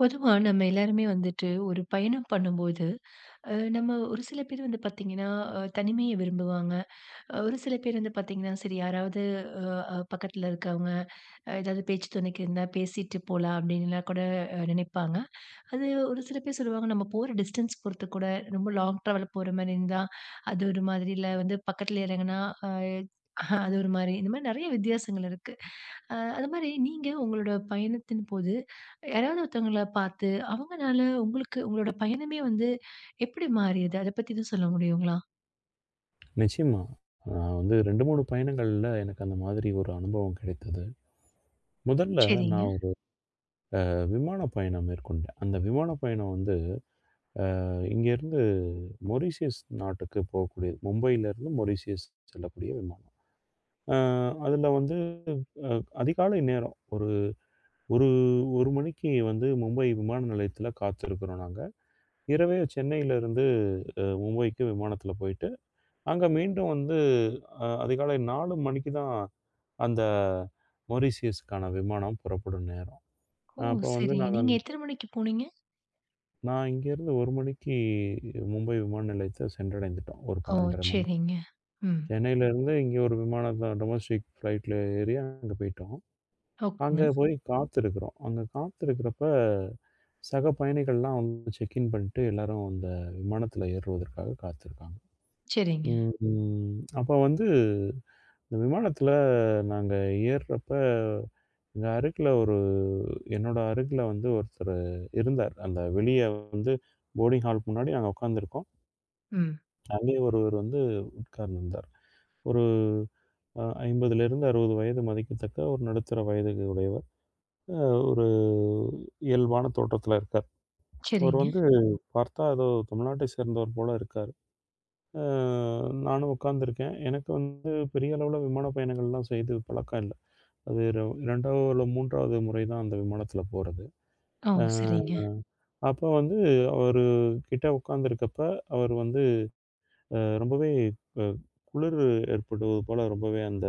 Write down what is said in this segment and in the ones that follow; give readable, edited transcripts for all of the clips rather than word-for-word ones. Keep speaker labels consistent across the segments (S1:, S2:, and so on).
S1: பொதுவா நம்ம எல்லாருமே வந்துட்டு ஒரு பயணம் பண்ணும்போது நம்ம ஒரு சில பேர் வந்து பாத்தீங்கன்னா தனிமையை விரும்புவாங்க. ஒரு சில பேர் வந்து பாத்தீங்கன்னா சரி யாராவது பக்கத்துல இருக்கவங்க ஏதாவது பேச்சு துணைக்கு இருந்தா பேசிட்டு போலாம் அப்படின்னுலாம் கூட நினைப்பாங்க. அது ஒரு சில பேர் சொல்லுவாங்க, நம்ம போற டிஸ்டன்ஸ் பொறுத்து கூட, ரொம்ப லாங் ட்ராவல் போற மாரி இருந்தா, அது ஒரு மாதிரி. இல்ல வந்து பக்கத்துல இறங்குனா, அ அது ஒரு மாரி. இந்த மாரி நெறைய வித்தியாசங்கள் இருக்கு. அது மாரி நீங்க உங்களோட பயணத்தின் போது, யாராவது ஒருத்தவங்கள பார்த்து, அவங்கனால உங்களுக்கு உங்களோட பயணமே வந்து எப்படி மாறியது? அத பத்தி எதுவும் சொல்ல முடியுங்களா?
S2: நிச்சயமா. நான் வந்து 2, 3 பயணங்கள்ல எனக்கு அந்த மாதிரி ஒரு அனுபவம் கிடைத்தது. முதல்ல
S1: சரிங்க.
S2: நான் ஒரு விமான பயணம் மேற்கொண்டேன். அந்த விமான பயணம் வந்து இங்கேருந்து மொரீஷியஸ் நாட்டுக்கு போகக்கூடியது. மும்பையிலேருந்து மொரீஷியஸ் செல்லக்கூடிய விமானம். அ அதில வந்து அ அதிகாலை நேரம் ஒரு ஒரு 1 மணிக்கு வந்து மும்பை விமான நிலையத்தில காத்திருக்கிறோம் நாங்க. இரவே சென்னையிலேருந்து மும்பைக்கு விமானத்தில போயிட்டு, அங்க மீண்டும் வந்து அதிகாலை 4 மணிக்கு தான் அந்த மொரீஷியஸ்க்கான விமானம் புறப்படும் நேரம்.
S1: ஓ!
S2: அப்போ வந்து
S1: சரிங்க. நீங்க எத்தன மணிக்கு போனீங்க?
S2: நான் இங்கேருந்து 1 மணிக்கு மும்பை விமான நிலையத்த சென்றடைந்துட்டோம். ஒரு
S1: ஓ!
S2: 12:30 மணி.
S1: சரிங்க. ம்.
S2: சென்னையிலேருந்து இங்கே ஒரு விமானத்த டொமஸ்டிக் ஃப்ளைட்ல ஏறி அங்க போயிட்டோம். அங்க
S1: ஓகேங்க.
S2: போய் காத்திருக்கிறோம். அங்க காத்திருக்கிறப்ப சக பயணிகள்லாம் வந்து செக் இன் பண்ணிட்டு எல்லாரும் அந்த விமானத்தில ஏறுவதற்காக காத்திருக்காங்க.
S1: சரிங்க.
S2: ம். அப்போ வந்து இந்த விமானத்தில நாங்க ஏறுறப்ப எங்க அருகில ஒரு என்னோட அருகில வந்து ஒருத்தரு இருந்தார். அந்த வெளிய வந்து போர்டிங் ஹால் முன்னாடி நாங்க உட்கார்ந்திருக்கோம்.
S1: ம்.
S2: அங்கேயே ஒருவர் வந்து உட்கார்ந்திருந்தார். ஒரு 50லிருந்து 60 வயது மதிக்கத்தக்க ஒரு நடுத்தர வயது உடையவர். அ ஒரு இயல்பான தோற்றத்தில இருக்கார். அவர்
S1: சரிங்க.
S2: வந்து பார்த்தா ஏதோ தமிழ்நாட்டை சேர்ந்தவர் போல இருக்காரு. அ நானும் உட்கார்ந்திருக்கேன். எனக்கு வந்து பெரிய அளவுல விமான பயணங்கள்லாம் செய்து பழக்கம் இல்ல. அது 2வது இல்ல 3வது முறை தான் அந்த விமானத்தில போறது.
S1: ஓ!
S2: அ
S1: சரிங்க.
S2: அப்ப வந்து அவரு கிட்ட உட்கார்ந்திருக்கப்ப, அவர் வந்து ரொம்பவே அ குளிர் ஏற்படுவது போல ரொம்பவே அந்த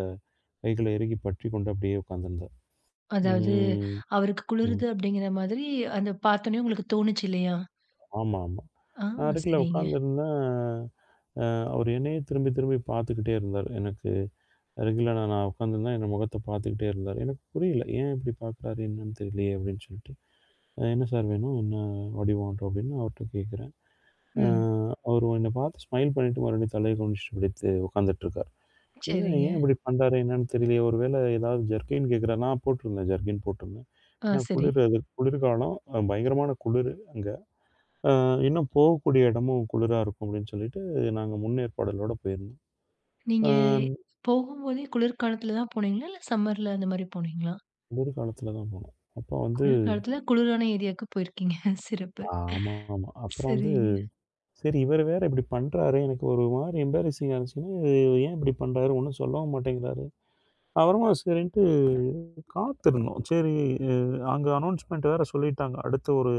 S2: கைகள இறுகி பற்றிக்கொண்டு அப்படியே உட்கார்ந்திருந்தார்.
S1: அதாவது
S2: ம்.
S1: அவருக்கு
S2: ம்.
S1: குளிருது அப்படிங்கிற மாதிரி அந்த பார்த்தோனே உங்களுக்கு தோணுச்சு இல்லையா?
S2: ஆமா, ஆமா.
S1: ஆ
S2: நான் அருகில
S1: சரிங்க.
S2: உட்கார்ந்திருந்தேன். அ அவர் என்னையே திரும்பி திரும்பி பார்த்துக்கிட்டே இருந்தார். எனக்கு அருகில நான் நான் உட்கார்ந்திருந்தேன். என் முகத்த பார்த்துக்கிட்டே இருந்தார். எனக்கு புரியல. ஏன் இப்படி பார்க்குறாரு? என்னன்னு தெரியலையே! அப்படின்னு சொல்லிட்டு. "என்ன சார் வேணும்? What you want?" அப்படின்னு அவர்ட்ட கேட்கிறேன். அ
S1: ம்.
S2: அவரு என்ன பார்த்து ஸ்மைல் பண்ணிட்டு மறுபடியும் தலைய குனிஞ்சுட்டு அப்படியே உட்கார்ந்துட்டுருக்காரு. என்ன
S1: சரிங்க.
S2: ஏன் இப்படி பண்றாரு என்னன்னு தெரியலையே! ஒருவேள ஏதாவது ஜர்கின் கேட்கிறார்னா நான் போட்டிருந்தேன். ஜர்கின் போட்டிருந்தேன்.
S1: ஆ
S2: ஏன்னா
S1: சரி.
S2: குளிர் அது குளிர்காலம். பயங்கரமான குளிரு அங்க. அ இன்னும் போகக்கூடிய இடமும் குளிரா இருக்கும் அப்படின்னு சொல்லிட்டு, நாங்க முன்னேற்பாடுகளோட போயிருந்தோம்.
S1: நீங்க
S2: அ
S1: போகும்போதே குளிர்காலத்துல தான் போனீங்களா? இல்ல சம்மர்ல அந்த மாரி போனீங்களா?
S2: குளிர்காலத்துல தான் போனோம். அப்போ வந்து
S1: குளிர்காலத்துல குளிரான ஏரியாவுக்கு போயிருக்கீங்க. சிறப்பு.
S2: ஆமாமா. அப்புறம் வந்து
S1: சரிங்க.
S2: சரி இவரு வேற இப்படி பண்றாரு. எனக்கு ஒரு மாரி எம்பாரசிங்கா இருந்துச்சுன்னா, இது ஏன் இப்படி பண்றாரு? ஒண்ணும் சொல்லவும் மாட்டேங்கிறாரு. அப்புறமா சரின்ட்டு காத்திருந்தோம். சரி அ அங்க அனௌன்ஸ்மென்ட் வேற சொல்லிட்டாங்க. அடுத்த ஒரு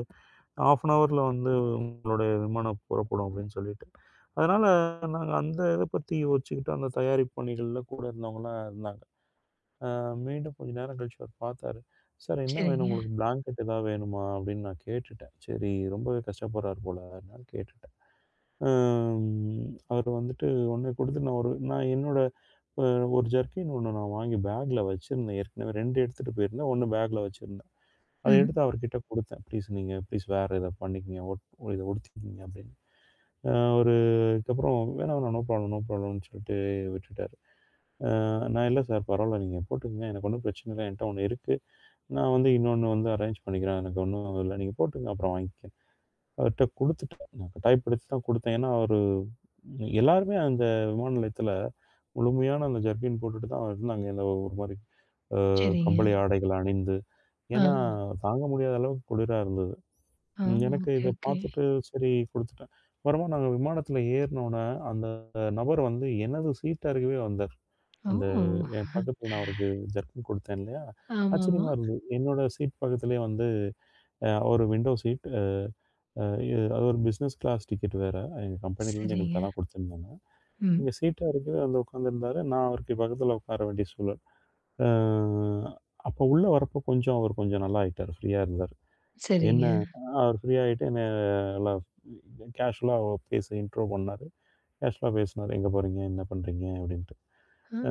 S2: ஹாஃப் அன் ஹவர்ல வந்து உங்களுடைய விமானம் புறப்படும் அப்படின்னு சொல்லிட்டு. அதனால நாங்க அந்த இத பத்தி யோசிச்சுக்கிட்டு அந்த தயாரிப்பு பணிகள்ல கூட இருந்தவங்கலாம் இருந்தாங்க. மீண்டும் கொஞ்ச நேரம் கழிச்சு அவர் பார்த்தாரு. "சார் என்ன வேணும்
S1: சரிங்க.
S2: உங்களுக்கு? பிளாங்கெட் ஏதாவது வேணுமா?" அப்படின்னு நான் கேட்டுட்டேன். சரி ரொம்பவே கஷ்டப்படுறார் போல அதனால கேட்டுட்டேன். அம் அவர் வந்துட்டு ஒண்ணு குடுத்து நான் என்னோட அ ஒரு ஜர்க்கின் ஒண்ணு நான் வாங்கி பேக்ல வச்சிருந்தேன். ஏற்கனவே 2 எடுத்துட்டு போயிருந்தேன். ஒண்ணு பேக்ல வச்சிருந்தேன். அத
S1: ம்.
S2: எடுத்து அவர்கிட்ட குடுத்தேன். "ப்ளீஸ் நீங்க ப்ளீஸ் வேற இத பண்ணிக்கங்க. ஒட் இத ஒடுத்திக்கங்க" அப்படின்னு. அ ஒரு அதுக்கப்புறம் "வேணாம், வேணாம். நோ ப்ராப்ளம், நோ ப்ராப்ளம்ன்னு" சொல்லிட்டு விட்டுட்டாரு. நான் "இல்ல சார் பரவால்ல. நீங்க போட்டுக்கங்க. எனக்கு ஒண்ணும் பிரச்சனை இல்ல. என்ட்ட ஒண்ணு இருக்கு. நான் வந்து இன்னொன்னு வந்து அரேஞ்ச் பண்ணிக்கிறேன். எனக்கு ஒண்ணும் இல்ல. நீங்க போட்டுக்கங்க. அப்புறம் வாங்கிக்கங்க." அவர்ட்ட குடுத்துட்டேன். நான் கட்டாயப்படுத்தி தான் குடுத்தேன். ஏன்னா, அவரு எல்லாருமே அந்த விமான நிலையத்தில முழுமையான அந்த ஜர்கின் போட்டுட்டு தான் இருந்தாங்க. இந்த ஒரு மாரி அ
S1: சரிங்க.
S2: கம்பளி ஆடைகள் அணிந்து.
S1: ஆ,
S2: ஏன்னா, தாங்க முடியாத அளவுக்கு குளிரா இருந்தது.
S1: ஆ.
S2: ம். எனக்கு
S1: ஓகே,
S2: இத
S1: ஓகே.
S2: பார்த்துட்டு சரி குடுத்துட்டேன். அப்புறமா நாங்க விமானத்தில ஏறுனோனே, அந்த நபர் வந்து எனது சீட் அருகவே வந்தார். அந்த
S1: ஓ!
S2: என் பக்கத்தில நான் அவருக்கு ஜர்க்கின் குடுத்தேன் இல்லையா?
S1: ஆமாமா.
S2: ஆச்சரியமா இருந்தது. என்னோட சீட் பக்கத்திலேயே வந்து ஒரு விண்டோ சீட். அ அ இது அது ஒரு பிசினஸ் கிளாஸ் டிக்கெட் வேற. எங்க கம்பெனிலேருந்து
S1: சரிங்க.
S2: எங்களுக்கு அதான் குடுத்துருந்தாங்க.
S1: ம்.
S2: எங்க சீட் அருகே வந்து உட்காந்துருந்தாரு. நான் அவருக்கு பக்கத்தில உட்கார வேண்டிய சூழல். அ அப்போ உள்ள வரப்போ கொஞ்சம் அவர் கொஞ்சம் நல்லா ஆயிட்டாரு. ஃப்ரீயா இருந்தாரு.
S1: சரிங்க.
S2: என்ன அவர் ஃப்ரீ ஆயிட்டு நல்லா கேஷுவலாக பேச இன்ட்ரோ பண்ணாரு. கேஷுவலா பேசினாரு. "எங்க போறீங்க? என்ன பண்றீங்க?" அப்படின்ட்டு.
S1: ஆ
S2: ஆ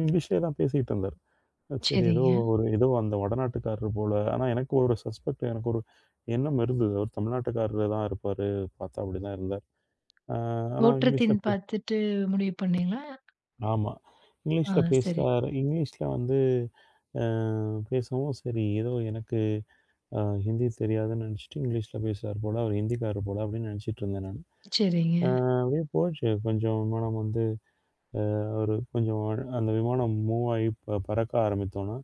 S2: இங்கிலீஷ்லயே தான் பேசிக்கிட்டு இருந்தாரு. சரி
S1: சரிங்க.
S2: ஏதோ அந்த வடநாட்டுக்காரர் போல. ஆனா எனக்கு ஒரு எண்ணம் இருந்தது. அவர் தமிழ்நாட்டுக்காரரா தான் இருப்பாரு. பார்த்தா அப்படிதான் இருந்தார். ஆ ஆனா இங்கிலீஷ்ல
S1: தோற்றத்தின்
S2: பே
S1: பார்த்துட்டு முடிவு பண்ணீங்களா?
S2: ஆமா.
S1: ஆ
S2: இங்கிலீஷ்ல
S1: சரி.
S2: பேசுறாரு. இங்கிலீஷ்ல வந்து ஆ பேசவும் சரி ஏதோ எனக்கு அ ஹிந்தி தெரியாதுன்னு நினைச்சுட்டு இங்கிலீஷ்ல பேசுறார் போல. அவர் ஹிந்திக்காரர் போல அப்படின்னு நினைச்சிட்டு இருந்தேன் நானு.
S1: சரிங்க.
S2: அ அப்படியே போச்சு. கொஞ்சம் விமானம் வந்து அ ஒரு கொஞ்சம் அந்த விமானம் மூவ் ஆகி பறக்க ஆரம்பித்தோன்னா,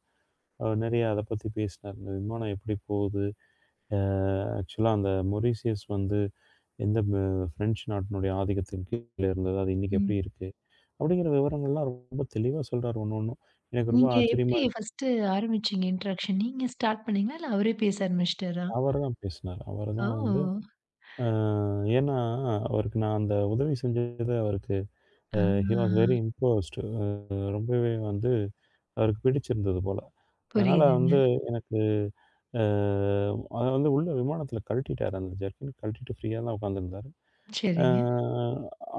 S2: அவர் நிறைய அத பத்தி பேசினார். இந்த விமானம் எப்படி போகுது? அ ஆக்சுவலா அந்த மொரீஷியஸ் வந்து எந்த ப பிரெஞ்சு நாட்டினுடைய ஆதிக்கத்தின் கீழ இருந்தது. அது இன்னைக்கு
S1: ம்.
S2: எப்படி இருக்கு? அப்படிங்கிற விவரங்கள்லாம் ரொம்ப தெளிவா சொல்றாரு ஒண்ணும். எனக்கு ரொம்ப
S1: நீங்க
S2: ஆச்சரியமா
S1: எப்படி
S2: இருக்கு.
S1: ஃபர்ஸ்ட்டு ஆரம்பிச்சீங்க இன்ட்ராக்ஷன்? நீங்க ஸ்டார்ட் பண்ணீங்களா? இல்ல அவரே பேச ஆரம்பிச்சுட்டாரா?
S2: அவரு தான் பேசினாரு. அவரு
S1: ஓ!
S2: தான் வந்து அ ஏன்னா அவருக்கு நான் அந்த உதவி செஞ்சது அவருக்கு
S1: ஆ
S2: ஹி வாஸ் வெரி இம்போஸ்டு. ரொம்பவே வந்து அவருக்கு பிடிச்சிருந்தது போல. அதனால
S1: புரியுதுங்க.
S2: வந்து எனக்கு அ அத வந்து உள்ள விமானத்தில கழட்டிட்டாரு அந்த ஜெர்கின் கழட்டிட்டு ஃப்ரீயா தான் உட்காந்துருந்தாரு. அ
S1: சரிங்க.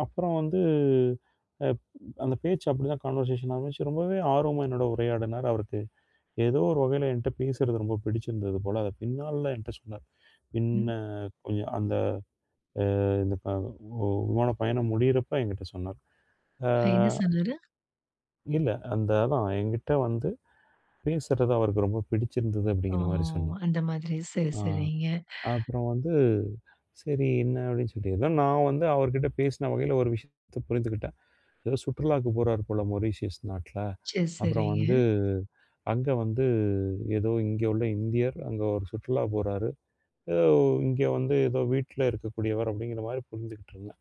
S2: அப்புறம் வந்து அ அந்த பேச்சு அப்படிதான் கான்வர்சேஷன் ஆரம்பிச்சு, ரொம்பவே ஆர்வமா என்னோட உரையாடினார். அவருக்கு ஏதோ ஒரு வகையில என்ட்ட பேசுறது ரொம்ப பிடிச்சிருந்தது போல. அத பின்னால என்ட்ட சொன்னார்.
S1: ம்.
S2: பின்ன கொஞ்சம் அந்த அ இந்த ப ஒ விமான பயணம் முடியிறப்ப என்கிட்ட சொன்னார். அ
S1: என்ன சொன்னாரு?
S2: இல்ல. அந்த அதான் என்கிட்ட வந்து பேசுறது அவருக்கு ரொம்ப பிடிச்சிருந்தது
S1: ஓ!
S2: அப்படிங்கிற மாரி சொன்னார்.
S1: அந்த மாதிரி. சரி,
S2: ஆ
S1: சரிங்க.
S2: அப்புறம் வந்து சரி என்ன அப்படின்னு சொல்லி ஏதோ நான் வந்து அவர்கிட்ட பேசின வகையில ஒரு விஷயத்த புரிந்துக்கிட்டேன். ஏதோ சுற்றுலாக்கு போறார் போல மொரீஷியஸ் நாட்ல.
S1: சரி,
S2: அப்புறம்
S1: சரிங்க.
S2: வந்து அங்க வந்து ஏதோ இங்க உள்ள இந்தியர் அங்க ஒரு சுற்றுலா போறாரு. ஏதோ இங்க வந்து ஏதோ வீட்ல இருக்கக்கூடியவர் அப்படிங்கிற மாரி புரிந்துகிட்டு இருந்தேன்.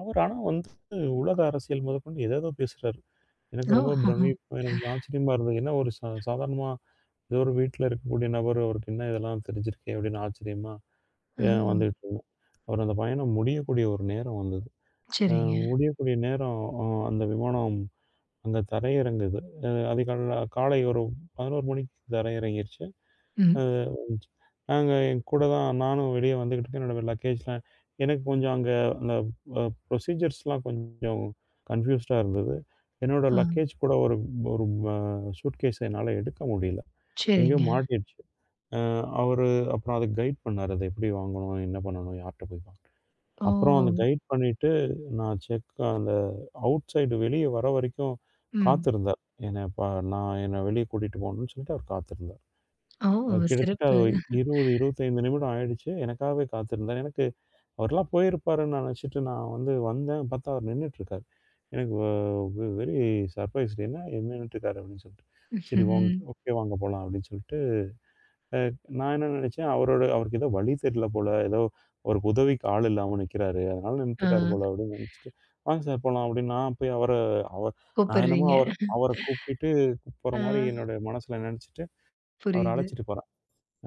S2: அவர் ஆனா வந்து உலக அரசியல் முதற்கொண்டு ஏதேதோ பேசுறாரு.
S1: ஓ!
S2: எனக்கு ரொம்ப பிரமிப்பா எனக்கு ஆச்சரியமா இருந்தது. என்ன ஒரு சாதாரணமா ஏதோ ஒரு வீட்ல இருக்கக்கூடிய நபர் அவருக்கு என்ன இதெல்லாம் தெரிஞ்சிருக்கே! அப்படின்னு ஆச்சரியமா
S1: ஆ
S2: வந்துகிட்டுருந்தேன். அவர் அந்த பயணம் முடியக்கூடிய ஒரு நேரம் வந்தது. அ
S1: சரிங்க.
S2: முடியக்கூடிய நேரம் அந்த விமானம் அங்க தரையிறங்குது. அதிகாலையில காலை ஒரு 11 மணிக்கு தரையிறங்கிருச்சு.
S1: ம்.
S2: அ நாங்க என் கூட தான் நானும் வெளிய வந்துகிட்டு இருக்கேன். என்னோட லக்கேஜ்லாம் எனக்கு கொஞ்சம் அங்க அந்த அ ப்ரொசீஜர்ஸ்லாம் கொஞ்சம் கன்ஃப்யூஸ்டா இருந்தது. என்னோட
S1: ஆ
S2: லக்கேஜ் கூட ஒரு ஒரு ம சூட்கேஸ் என்னால எடுக்க முடியல. எங்கேயோ
S1: சரிங்க.
S2: மாட்டிடுச்சு. அ அவரு அப்புறம் அத கைட் பண்ணாரு. அத எப்படி வாங்கணும்? என்ன பண்ணணும்? யார்ட்ட போய் வாங்கணும்?
S1: ஓ!
S2: அப்புறம் அந்த கைட் பண்ணிட்டு நான் செக் அந்த அவுட் சைடு வெளிய வர வரைக்கும்
S1: ம்.
S2: காத்திருந்தார். என்ன ப நான் என்ன வெளிய கூட்டிட்டு போணும்னு சொல்லிட்டு அவர் காத்திருந்தார்.
S1: ஓ!
S2: கிட்டத்தட்ட
S1: சிறப்பு.
S2: ஒரு 20, 25 நிமிடம் ஆயிடுச்சு. எனக்காகவே காத்திருந்தார். எனக்கு அவர்லாம் போயிருப்பாருன்னு நினச்சுட்டு நான் வந்து வந்தேன். பார்த்தா அவர் நின்னுட்டுருக்காரு. எனக்கு வ வெ வெரி சர்ப்ரைஸ்டு. என்ன என்ன நின்னுட்டுருக்காரு அப்படின்னு சொல்லிட்டு. சரி
S1: ம்.
S2: ஓகே வாங்க போலாம் அப்படின்னு சொல்லிட்டு, நான் என்ன நினச்சேன், அவருக்கு ஏதோ வழி தெரியல போல. ஏதோ அவருக்கு உதவிக்கு ஆள் இல்லாம நிக்கிறாரு. அதனால
S1: ஆ
S2: நின்னுட்டுருக்காரு போல அப்படின்னு நினச்சுட்டு, வாங்க சார் போலாம் அப்படின்னு நான் போய் அவர அவ நான் என்னமோ
S1: கூப்பிடுறீங்க.
S2: அவர அவர கூப்பிட்டுட்டு போற
S1: ஆ
S2: மாரி என்னோட மனசுல நினச்சுட்டு, அவர
S1: புரியுது.
S2: அழைச்சிட்டு போறேன்.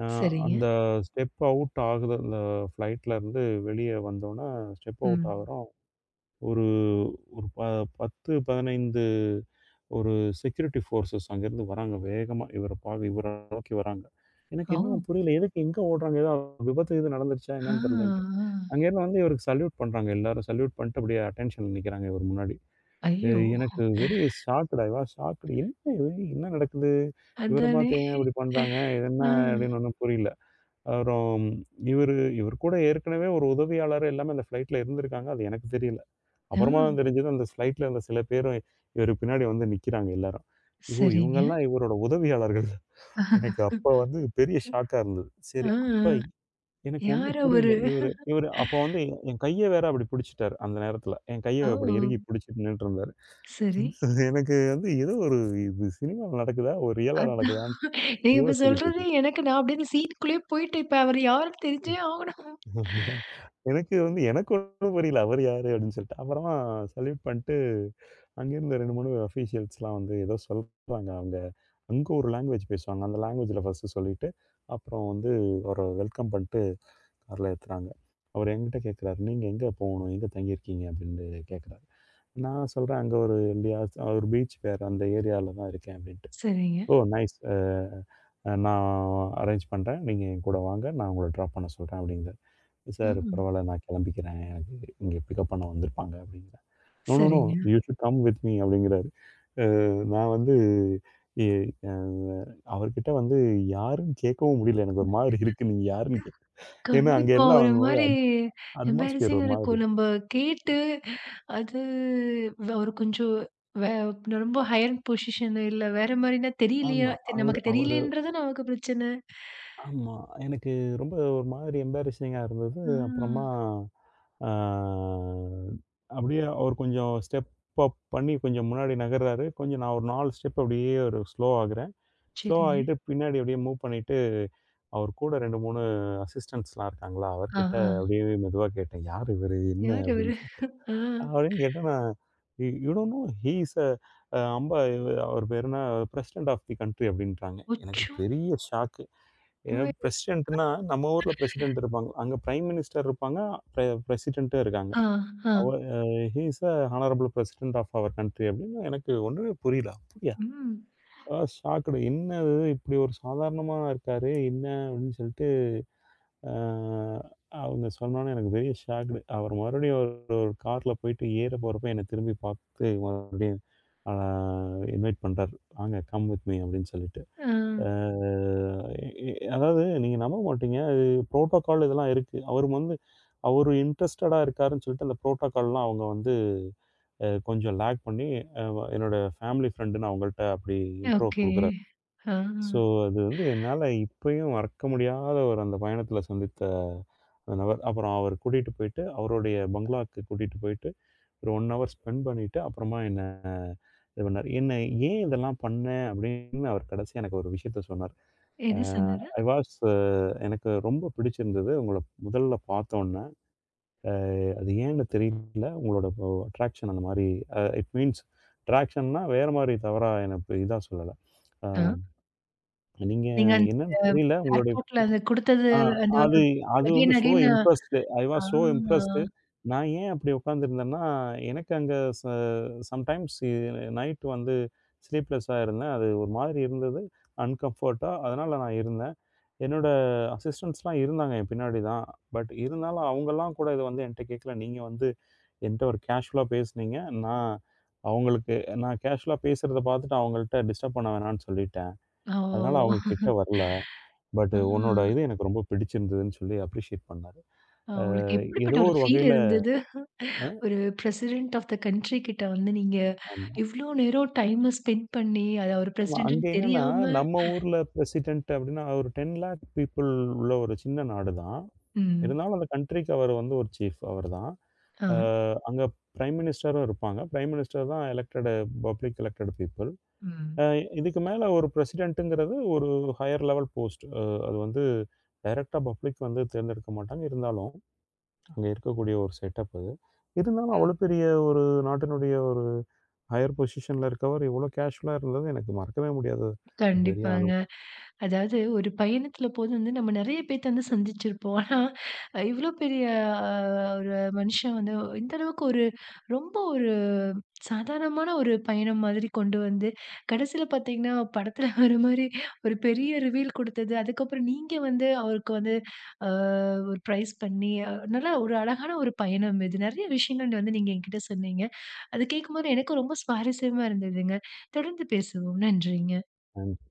S2: அ
S1: சரிங்க.
S2: அந்த ஸ்டெப் அவுட் ஆகுது. அந்த ஃப்ளைட்லருந்து வெளிய வந்தோனே, ஸ்டெப் அவுட்
S1: ம்.
S2: ஆகுறோம். ஒரு ஒரு ப 10, 15 ஒரு செக்யூரிட்டி ஃபோர்ஸஸ் அங்கேருந்து வராங்க வேகமா. இவர நோக்கி வராங்க. எனக்கு
S1: ஓ!
S2: இன்னும் புரியல. எதுக்கு எங்க ஓடுறாங்க? ஏதோ விபத்து எதுவும் நடந்துருச்சா
S1: ஆ,
S2: என்னன்னு தெரியலன்ட்டு.
S1: ஆ.
S2: அங்கேருந்து வந்து இவருக்கு சல்யூட் பண்றாங்க எல்லாரும். சல்யூட் பண்ணிட்டு அப்படியே அட்டென்ஷன்ல நிக்கிறாங்க இவர் முன்னாடி. எ
S1: ஐயோ!
S2: எனக்கு very shocked. I was shocked. என்ன இது? என்ன நடக்குது? இவர
S1: அதானே!
S2: பாத்து ஏன் இப்படி பண்றாங்க? இது என்ன?
S1: ஆ,
S2: அப்படின்னு ஒண்ணும் புரியல. அப்புறம் இவர் கூட ஏற்கனவே ஒரு உதவியாளர் எல்லாமே அந்த ஃப்ளைட்ல இருந்திருக்காங்க. அது எனக்கு தெரியல.
S1: ஆ,
S2: அப்புறமா தான் தெரிஞ்சது அந்த ஃப்ளைட்ல இருந்த சில பேரும் இவருக்கு பின்னாடி வந்து நிக்கிறாங்க எல்லாரும். ஐயோ!
S1: சரிங்க.
S2: இவங்கலாம் இவரோட உதவியாளர்கள். எனக்கு அப்ப வந்து பெரிய ஷாக்கா இருந்தது.
S1: ஆ,
S2: சரி அப்ப எனக்கு ஒண்ணும்
S1: யாரோ ஒரு
S2: புரியல. இவரு இவரு அப்ப வந்து என் கைய வேற அப்படி பிடிச்சுட்டாரு அந்த நேரத்துல. என்
S1: ஓ!
S2: கைய அப்படி இறுகி பிடிச்சுட்டு நின்னுட்டுருந்தாரு.
S1: சரி.
S2: எனக்கு வந்து ஏதோ ஒரு இது சினிமால நடக்குதா? ஒரு ரியலா
S1: அதான்
S2: நடக்குதான்னு
S1: நீங்க இப்ப
S2: யோசிச்சுக்கிட்டு
S1: சொல்றது
S2: இருக்கேன்.
S1: எனக்கு நான் அப்படியே அந்த சீனுக்குள்ளேயே போயிட்டேன். இப்ப அவர் யாருன்னு தெரிஞ்சே ஆகணும்.
S2: அப்படியா? எனக்கு ஒண்ணும் புரியல. அவரு யாரு? அப்படின்னு சொல்லிட்டு. அப்புறமா சல்யூட் பண்ணிட்டு, அங்கேருந்து 2, 3 அஃபீஷியல்ஸ்லாம் வந்து ஏதோ சொல்றாங்க. அவங்க அங்க ஒரு லாங்குவேஜ் பேசுவாங்க. அந்த லாங்குவேஜ்ல ஃபர்ஸ்ட்டு சொல்லிட்டு, அப்புறம் வந்து அவர வெல்கம் பண்ணிட்டு கார்ல ஏத்துறாங்க. அவரு என்கிட்ட கேட்குறாரு, "நீங்க எங்க போகணும்? எங்க தங்கியிருக்கீங்க?" அப்படின்னு கேட்குறாரு. நான் சொல்றேன், "அங்க ஒரு எங்கேயாச்சு ஒரு பீச் பேர் அந்த ஏரியால தான் இருக்கேன்" அப்படின்ட்டு.
S1: சரிங்க.
S2: "ஓ! நைஸ். நான் அரேஞ்ச் பண்றேன். நீங்க என் கூட வாங்க. நான் உங்கள ட்ராப் பண்ண சொல்றேன்" அப்படிங்கிறாரு.
S1: ஆ,
S2: சார் பரவால்ல நான் கிளம்பிக்கிறேன். எனக்கு இங்க பிக்கப் பண்ண வந்திருப்பாங்க அப்படிங்கிறேன். நோ, நோ, நோ
S1: சரிங்க.
S2: You should come with me அப்படிங்கிறாரு. அ நான் வந்து எ அ அவர்கிட்ட வந்து யாருன்னு கேட்கவும் முடியல. எனக்கு ஒரு மாதிரி இருக்கு. நீங்க யாருன்னு கேக் ஏன்னா அங்க
S1: கண்டிப்பா.
S2: எல்லாம்
S1: ஒரு
S2: வந்து ஒரு
S1: மாரி
S2: அட்மாஸ்பியர்
S1: எம்பாரசிங்கா
S2: ஒரு மாதிரி.
S1: இருக்கும்.
S2: இருக்கு.
S1: நம்ப கேட்டு அது வ ஒரு கொஞ்சம் வே ரொம்ப ஹையர் பொசிஷன் இல்ல வேற மாரினா தெரியலையா?
S2: ஆமா.
S1: தெ-
S2: அவரு
S1: நமக்கு
S2: அவரு
S1: தெரியலையேன்றது நமக்கு பிரச்சனை.
S2: ஆமா. எனக்கு ரொம்ப ஒரு மாதிரி எம்பாரஸிங்கா இருந்தது.
S1: ஆ
S2: அப்புறமா ஆ அப்படியே அவர் கொஞ்சம் ஸ்டெப் அப் பண்ணி கொஞ்சம் முன்னாடி நகர்றாரு. கொஞ்சம் நான் ஒரு 4 ஸ்டெப் அப்படியே ஒரு ஸ்லோ ஆகுறேன். ஸ்லோ
S1: சரிங்க.
S2: ஆயிட்டு பின்னாடி அப்படியே மூவ் பண்ணிட்டு, அவர் கூட 2, 3 அசிஸ்டன்ட்ஸ்லாம் இருக்காங்களா,
S1: ஆ,
S2: அவர்கிட்ட
S1: ஆ.
S2: அப்படியே மெதுவா கேட்டேன். "யார் இவரு? என்ன?"
S1: யார் அவரு?
S2: அப்படின்னு கேட்டேன்.
S1: ஆ.
S2: அப்படின்னு கேட்டா நான் "you you don't know he is a a அம்பா இவ- அவர் பேரு என்ன பிரசிடென்ட் ஆஃப் தி கண்ட்ரி" அப்படின்ட்டாங்க. எனக்கு
S1: அச்சோ!
S2: பெரிய ஷாக்கு. ஏன்னா பிரசிடென்ட்னா நம்ம ஊர்ல பிரசிடென்ட் இருப்பாங்க. அங்க பிரைம் மினிஸ்டர் இருப்பாங்க. பிரசிடென்ட்டும் இருக்காங்க.
S1: ஆ, ஆ.
S2: அவர் "he is a honourable president of our country" அப்படின்னு எனக்கு ஒண்ணுமே புரியல. அப்படியா!
S1: ம்.
S2: ஷாக்டு. என்னது இப்படி ஒரு சாதாரணமா இருக்காரு. என்ன அப்படின்னு சொல்லிட்டு, ஆ அவங்க சொன்னோனே எனக்கு பெரிய ஷாக்டு. அவர் மறுபடியும் ஒரு ஒரு கார்ல போயிட்டு ஏற போறப்ப என்ன திரும்பி பார்த்து மறுபடியும் ஆ இன்வைட் பண்றாரு. "வாங்க கம் வித் மீ" அப்படின்னு சொல்லிட்டு.
S1: ஆ.
S2: ஆ எ அதாவது நீங்க நம்ப மாட்டீங்க. அது புரோட்டோகால் இதெல்லாம் இருக்கு. அவரு வந்து அவரு இன்ட்ரஸ்டடா இருக்காருன்னு சொல்லிட்டு அந்த புரோட்டோகால்லாம் அவங்க வந்து கொஞ்சம் லாக் பண்ணி, அ என்னோட ஃபேமிலி ஃப்ரெண்டுன்னு அவங்கள்ட்ட அப்படி இன்ட்ரோ
S1: ஓகே.
S2: குடுக்குறாரு.
S1: ஆ.
S2: ஸோ, அது வந்து என்னால இப்பயும் மறக்க முடியாத ஒரு அந்த பயணத்தில சந்தித்த அந்த நபர். அப்புறம் அவர கூட்டிட்டு போயிட்டு, அவருடைய பங்களாக்கு கூட்டிட்டு போயிட்டு, ஒரு 1 ஹவர் ஸ்பெண்ட் பண்ணிட்டு, அப்புறமா என்ன இது பண்ணாரு. என்ன "ஏன் இதெல்லாம் பண்ணேன்?" அப்படின்னு அவர் கடைசியா எனக்கு ஒரு விஷயத்த சொன்னார். அ
S1: என்ன சொன்னாரு?
S2: ஐ வாஸ் எனக்கு ரொம்ப பிடிச்சிருந்தது. உங்கள முதல்ல பார்த்தோன்ன. அது ஏன்னு தெரியல. உங்களோட அட்ராக்ஷன் அந்த மாரி இட் மீன்ஸ் அட்ராக்ஷன்னா வேற மாரி தவறா எனக்கு இதா சொல்லல. அ
S1: ஆ.
S2: நீங்க
S1: நீங்க
S2: என்னன்னு தெரியல. உங்களோட
S1: ஏர்போர்ட்ல அது குடுத்தது
S2: ஆ
S1: அந்த ஒரு
S2: அது அது வந்து
S1: again
S2: so
S1: again
S2: impressed. I was so impressed. நான் ஏன் அப்படி உட்காந்துருந்தேன்னா, எனக்கு அங்க ச சம்டைம்ஸ் நைட் வந்து ஸ்லீப்லெஸ்ஸா இருந்தேன். அது ஒரு மாதிரி இருந்தது. அன்கம்ஃபர்ட்டா அதனால நான் இருந்தேன். என்னோட அசிஸ்டன்ட்ஸ்லாம் இருந்தாங்க என் பின்னாடி தான். பட் இருந்தாலும் அவங்கலாம் கூட இத வந்து என்ட்ட கேட்கல. நீங்க வந்து என்ட்ட ஒரு கேஷுவலா பேசுனீங்க. நான் அவங்களுக்கு நான் கேஷுவலா பேசுறத பார்த்துட்டு அவங்கள்ட்ட டிஸ்டர்ப் பண்ண வேணான்னு சொல்லிட்டேன்.
S1: ஆ
S2: அதனால அவங்க கிட்ட
S1: ஓ!
S2: வரல. பட் உன்னோட இது எனக்கு ரொம்ப பிடிச்சிருந்ததுன்னு சொல்லி அப்ரிஷியேட் பண்ணாரு.
S1: ஆ
S2: அ
S1: உங்களுக்கு எப்படிப்பட்ட
S2: ஏதோ
S1: ஒரு
S2: ஒரு
S1: ஃபீல்
S2: வகையில
S1: இருந்தது?
S2: அ
S1: ஒரு பிரசிடென்ட் ஆஃப் த கண்ட்ரி கிட்ட வந்து நீங்க
S2: ஆமா.
S1: இவ்ளோ நேரம் டைம ஸ்பெண்ட் பண்ணி, அது அவர்
S2: ஆமா. அங்க
S1: பிரசிடென்ட்ன்னு
S2: என்னன்னா,
S1: தெரியாம
S2: நம்ம ஊர்ல பிரசிடென்ட் அப்டின்னா ஒரு 10,00,000 பீப்பிள் உள்ள ஒரு சின்ன நாடு தான்.
S1: ம்.
S2: இருந்தாலும் அந்த கண்ட்ரிக்கு அவர் வந்து ஒரு சீஃப் அவர்தான்.
S1: ஆ.
S2: அ அங்க பிரைம் மினிஸ்டரும் இருப்பாங்க. பிரைம் மினிஸ்டர் தான் எலக்டட் பப்ளிக் எலக்டட் பீப்பிள்.
S1: ம்.
S2: அ இதுக்கு மேல ஒரு பிரசிடென்ட்ங்கிறது ஒரு ஹையர் லெவல் போஸ்ட். அது வந்து டைரக்ட்டா பப்ளிக் வந்து தேர்ந்தெடுக்க மாட்டாங்க. இருந்தாலும் அங்க இருக்கக்கூடிய ஒரு செட்டப் அது. இருந்தாலும்
S1: ம்.
S2: அவ்வளோ பெரிய ஒரு நாட்டினுடைய ஒரு ஹையர் பொசிஷன்ல இருக்கவர் இவ்வளோ கேஷுவலா இருந்தது எனக்கு மறக்கவே முடியாத ஒரு பெரிய
S1: கண்டிப்பாங்க. அதாவது ஒரு பயணத்துல போது வந்து நம்ம நெறைய பேத்த வந்து சந்திச்சிருப்போம். ஆனா, இவ்ளோ பெரிய அ ஒரு மனுஷன் வந்து இந்த அளவுக்கு ஒரு ரொம்ப ஒரு சாதாரணமான ஒரு பயணம் மாதிரி கொண்டு வந்து, கடைசில பார்த்தீங்கன்னா, படத்துல வர மாரி ஒரு பெரிய ரிவீல் குடுத்தது. அதுக்கப்புறம் நீங்க வந்து அவருக்கு வந்து அ ஒரு பிரைஸ் பண்ணி, நல்லா ஒரு அழகான ஒரு பயணம் இது. நெறைய விஷயங்கள் வந்து நீங்க என்கிட்ட சொன்னீங்க. அது கேட்கும்போது எனக்கும் ரொம்ப சுவாரஸ்யமா இருந்ததுங்க. தொடர்ந்து பேசுவோம். நன்றிங்க.
S2: அனுபவம்.